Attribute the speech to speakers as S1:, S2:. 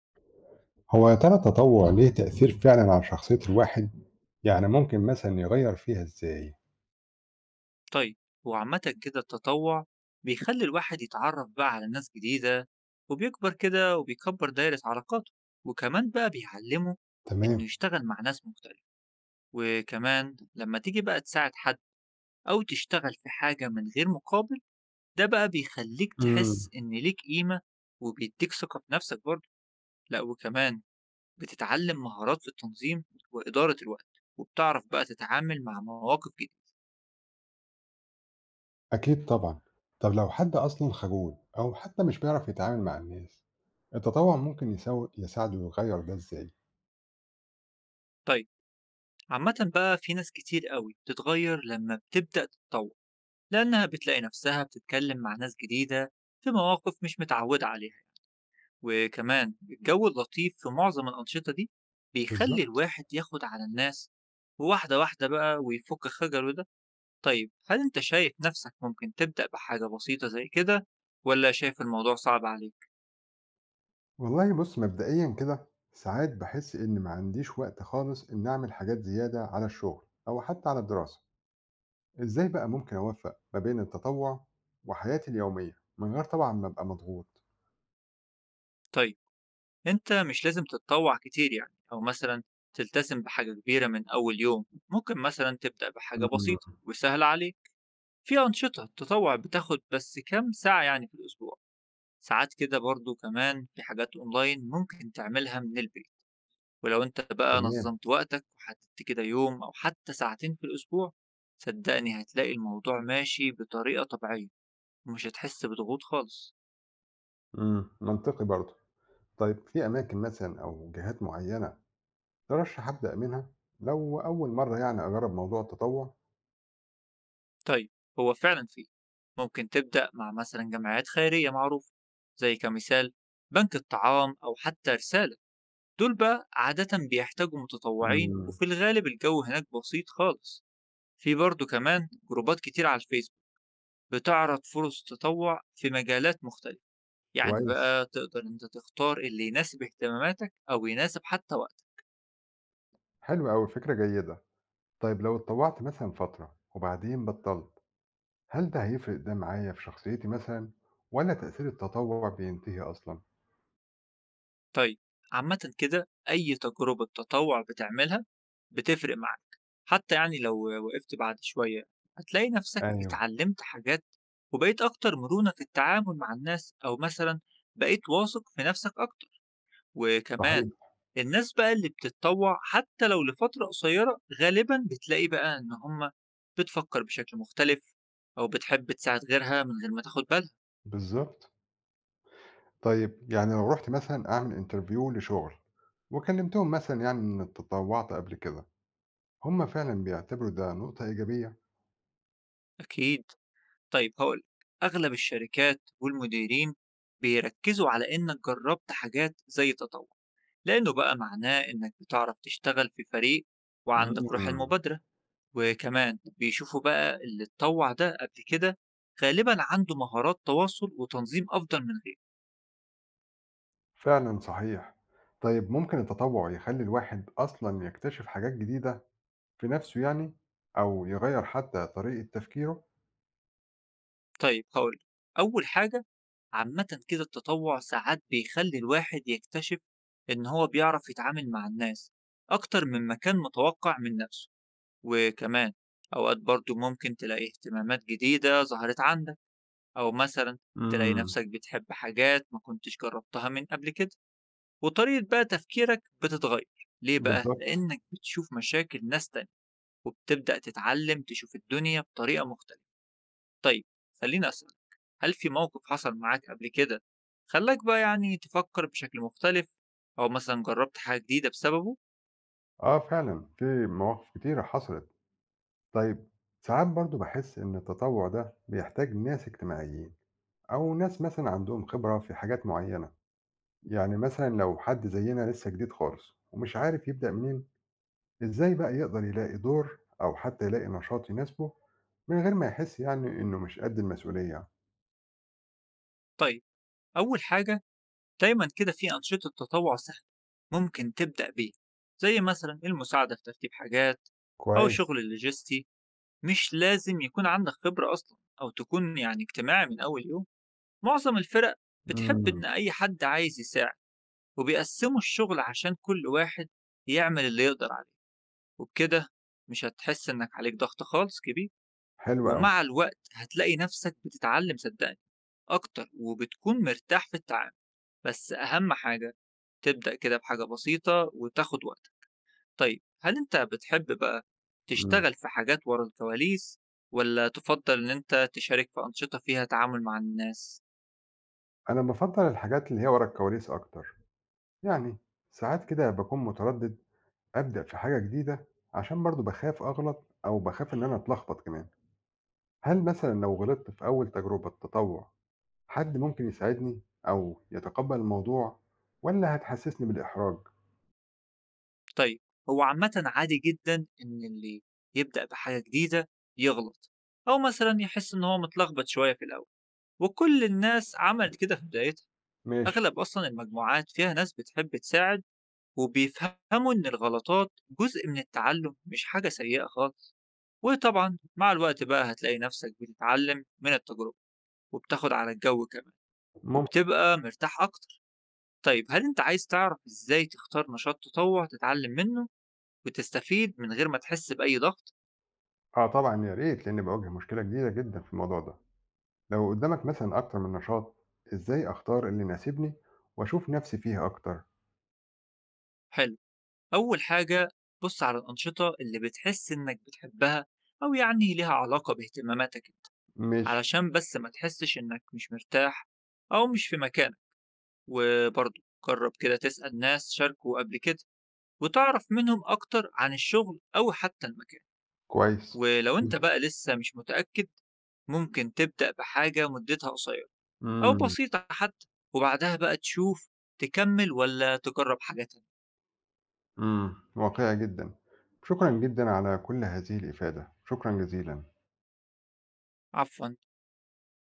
S1: هو يا ترى التطوع ليه تأثير فعلًا على شخصية الواحد؟ يعني ممكن مثلًا يغيّر فيها إزاي؟
S2: طيب، هو عامة كده التطوع بيخلي الواحد يتعرف بقى على ناس جديدة، وبيكبر كده وبيكبر دايرة علاقاته، وكمان بقى بيعلمه إنه
S1: تمام.
S2: يشتغل مع ناس مختلفة. وكمان لما تيجي بقى تساعد حد أو تشتغل في حاجة من غير مقابل، ده بقى بيخليك تحس
S1: إمم.
S2: إن ليك قيمة، وبيديك ثقة في نفسك برضه. لأ وكمان بتتعلم مهارات في التنظيم وإدارة الوقت، وبتعرف بقى تتعامل مع مواقف جديدة.
S1: أكيد طبعًا. طب لو حد أصلًا خجول أو حتى مش بيعرف يتعامل مع الناس، التطوع ممكن يساعده يغيّر ده إزاي؟
S2: طيب، عامة بقى في ناس كتير قوي بتتغير لما بتبدأ تتطور، لأنها بتلاقي نفسها بتتكلم مع ناس جديدة في مواقف مش متعودة عليها. وكمان الجو اللطيف في معظم الأنشطة دي بيخلي
S1: بالضبط.
S2: الواحد ياخد على الناس واحدة واحدة بقى، ويفك خجله ده. طيب، هل أنت شايف نفسك ممكن تبدأ بحاجة بسيطة زي كده، ولا شايف الموضوع صعب عليك؟
S1: والله بُص مبدئيًا كده، ساعات باحس إني ما عنديش وقت خالص إني أعمل حاجات زيادة على الشغل أو حتى على الدراسة. إزاي بقى ممكن أوفّق ما بين التطوع وحياتي اليومية من غير طبعًا ما أبقى مضغوط؟
S2: طيب، انت مش لازم تتطوع كتير يعني، او مثلا تلتزم بحاجة كبيرة من اول يوم. ممكن مثلا تبدأ بحاجة
S1: إمم.
S2: بسيطة وسهلة عليك. في انشطة تطوع بتاخد بس كام ساعة يعني في الاسبوع، ساعات كده. برضو كمان في حاجات اونلاين ممكن تعملها من البيت. ولو انت بقى
S1: تمام.
S2: نظمت وقتك وحددت كده يوم او حتى ساعتين في الاسبوع، صدقني هتلاقي الموضوع ماشي بطريقة طبيعية، ومش هتحس بضغوط خالص.
S1: إمم، منطقي برضه. طيب في أماكن مثلًا أو جهات معيّنة ترشّح أبدأ منها لو أول مرّة يعني أجرّب موضوع التطوّع؟
S2: طيب، هو فعلا فيه. ممكن تبدأ مع مثلا جمعيات خيرية معروفة، زي كمثال بنك الطعام أو حتى رسالة. دول بقى عادة بيحتاجوا متطوعين،
S1: إمم.
S2: وفي الغالب الجو هناك بسيط خالص. في برضه كمان جروبات كتير على الفيسبوك بتعرض فرص تطوع في مجالات مختلفة، يعني
S1: كويس،
S2: بقى تقدر انت تختار اللي يناسب اهتماماتك أو يناسب حتى وقتك.
S1: حلو أوي، فكرة جيدة. طيب لو اتطوّعت مثلًا فترة وبعدين بطّلت، هل ده هيفرق ده معايا في شخصيتي مثلًا والّا تأثير التطوّع بينتهي أصلًا؟
S2: طيب، عامة كده أي تجربة تطوع بتعملها بتفرق معاك، حتى يعني لو وقفت بعد شوية هتلاقي نفسك
S1: أيوه،
S2: اتعلمت حاجات، وبقيت أكتر مرونة في التعامل مع الناس، أو مثلا بقيت واثق في نفسك أكتر.
S1: صحيح،
S2: وكمان الناس بقى اللي بتتطوع حتى لو لفترة قصيرة، غالبا بتلاقي بقى إن هما بتفكر بشكل مختلف، أو بتحب تساعد غيرها من غير ما تاخد بالها.
S1: بالضبط. طيب يعني لو رُحت مثلًا أعمل interview لشُغل وكلّمتهم مثلًا يعني إنّي اتطوّعت قبل كده، هم فعلًا بيعتبروا ده نقطة إيجابية؟
S2: أكيد. طيب هقول، أغلب الشركات والمديرين بيركزوا على إنك جربت حاجات زي التطوع، لأنه بقى معناه إنك بتعرف تشتغل في فريق، وعندك روح
S1: إمم.
S2: المبادرة. وكمان بيشوفوا بقى اللي اتطوع ده قبل كده غالبا عنده مهارات تواصل وتنظيم أفضل من غيره.
S1: فعلًا صحيح. طيب ممكن التطوع يخلّي الواحد أصلًا يكتشف حاجات جديدة في نَفْسه يعني أو يغيّر حتى طريقة تفكيره؟
S2: طيب هقول، أول حاجة، عامة كده التطوع ساعات بيخلي الواحد يكتشف إن هو بيعرف يتعامل مع الناس أكتر من ما كان متوقع من نفسه. وكمان أوقات برضو ممكن تلاقي اهتمامات جديدة ظهرت عندك، أو مثلا تلاقي
S1: إمم.
S2: نفسك بتحب حاجات ما كنتش جربتها من قبل كده. وطريقة بقى تفكيرك بتتغير، ليه بقى؟
S1: بالضبط.
S2: لأنك بتشوف مشاكل ناس تانية، وبتبدأ تتعلم تشوف الدنيا بطريقة مختلفة. طيب، خليني أسألك، هل في موقف حصل معاك قبل كده خلاك بقى يعني تفكر بشكل مختلف، أو مثلا جربت حاجة جديدة بسببه؟
S1: آه فعلًا، في مواقف كتيرة حصلت. طيب ساعات برضه باحس إن التطوع ده بيحتاج ناس اجتماعيين أو ناس مثلًا عندهم خبرة في حاجات معيّنة. يعني مثلًا لو حد زيّنا لسه جديد خالص ومش عارف يبدأ منين، إزاي بقى يقدر يلاقي دور أو حتى يلاقي نشاط يناسبه من غير ما يحس يعني إنه مش قد المسؤولية؟
S2: طيب، أول حاجة، دايما كده في أنشطة تطوع سهلة ممكن تبدأ بيه، زي مثلا المساعدة في ترتيب حاجات، أو
S1: كويس.
S2: شغل اللوجستي. مش لازم يكون عندك خبرة أصلا، أو تكون يعني اجتماعي من أول يوم. معظم الفرق بتحب
S1: امم.
S2: إن أي حد عايز يساعد، وبيقسموا الشغل عشان كل واحد يعمل اللي يقدر عليه. وبكده مش هتحس إنك عليك ضغط خالص كبير.
S1: حلو أوي.
S2: ومع الوقت هتلاقي نفسك بتتعلم، صدقني، أكتر، وبتكون مرتاح في التعامل. بس أهم حاجة تبدأ كده بحاجة بسيطة وتاخد وقتك. طيب، هل أنت بتحب بقى
S1: امم.
S2: تشتغل في حاجات ورا الكواليس، والّا تفضل إن أنت تشارك في أنشطة فيها تعامل مع الناس؟
S1: أنا بفضل الحاجات اللي هي ورا الكواليس أكتر، يعني ساعات كده بكون متردد أبدأ في حاجة جديدة عشان برضه بخاف أغلط أو بخاف إن أنا أتلخبط كمان. هل مثلا لو غلطت في أول تجربة تطوع حد ممكن يساعدني أو يتقبل الموضوع ولا هتحسسني بالإحراج؟
S2: طيب، هو عامةً عادي جدًا إن اللي يبدأ بحاجة جديدة يغلط، أو مثلًا يحس إن هو متلخبط شوية في الأول، وكل الناس عملت كده في بدايتها.
S1: ماشي.
S2: أغلب أصلًا المجموعات فيها ناس بتحب تساعد، وبيفهموا إن الغلطات جزء من التعلم، مش حاجة سيئة خالص. وطبعًا مع الوقت بقى هتلاقي نفسك بتتعلم من التجربة، وبتاخد على الجو كمان،
S1: ممكن.
S2: وبتبقى مرتاح أكتر. طيب، هل أنت عايز تعرف إزاي تختار نشاط تطوع تتعلم منه وتستفيد من غير ما تحس بأي ضغط؟
S1: آه طبعًا يا ريت، لإني باواجه مشكلة جديدة جدًا في الموضوع ده. لو قدّامك مثلًا أكتر من نشاط، إزاي أختار اللي يناسبني وأشوف نفسي فيه أكتر؟
S2: حلو، أول حاجة، بُص على الأنشطة اللي بتحس إنك بتحبها، أو يعني ليها علاقة باهتماماتك أنت،
S1: ماشي،
S2: علشان بس ما تحسش إنك مش مرتاح أو مش في مكانك. وبرضه جرب كده تسأل ناس شاركوا قبل كده، وتعرف منهم أكتر عن الشغل أو حتى المكان.
S1: كويس
S2: ولو أنت
S1: جدًا.
S2: بقى لسه مش متأكد، ممكن تبدأ بحاجة مدتها قصيرة أو
S1: إمم،
S2: بسيطة حتى، وبعدها بقى تشوف تكمل ولا تجرب حاجة تانية.
S1: إمم، واقعي جدًا. شكرًا جدًا على كل هذه الإفادة، شكرًا جزيلًا.
S2: عفوا.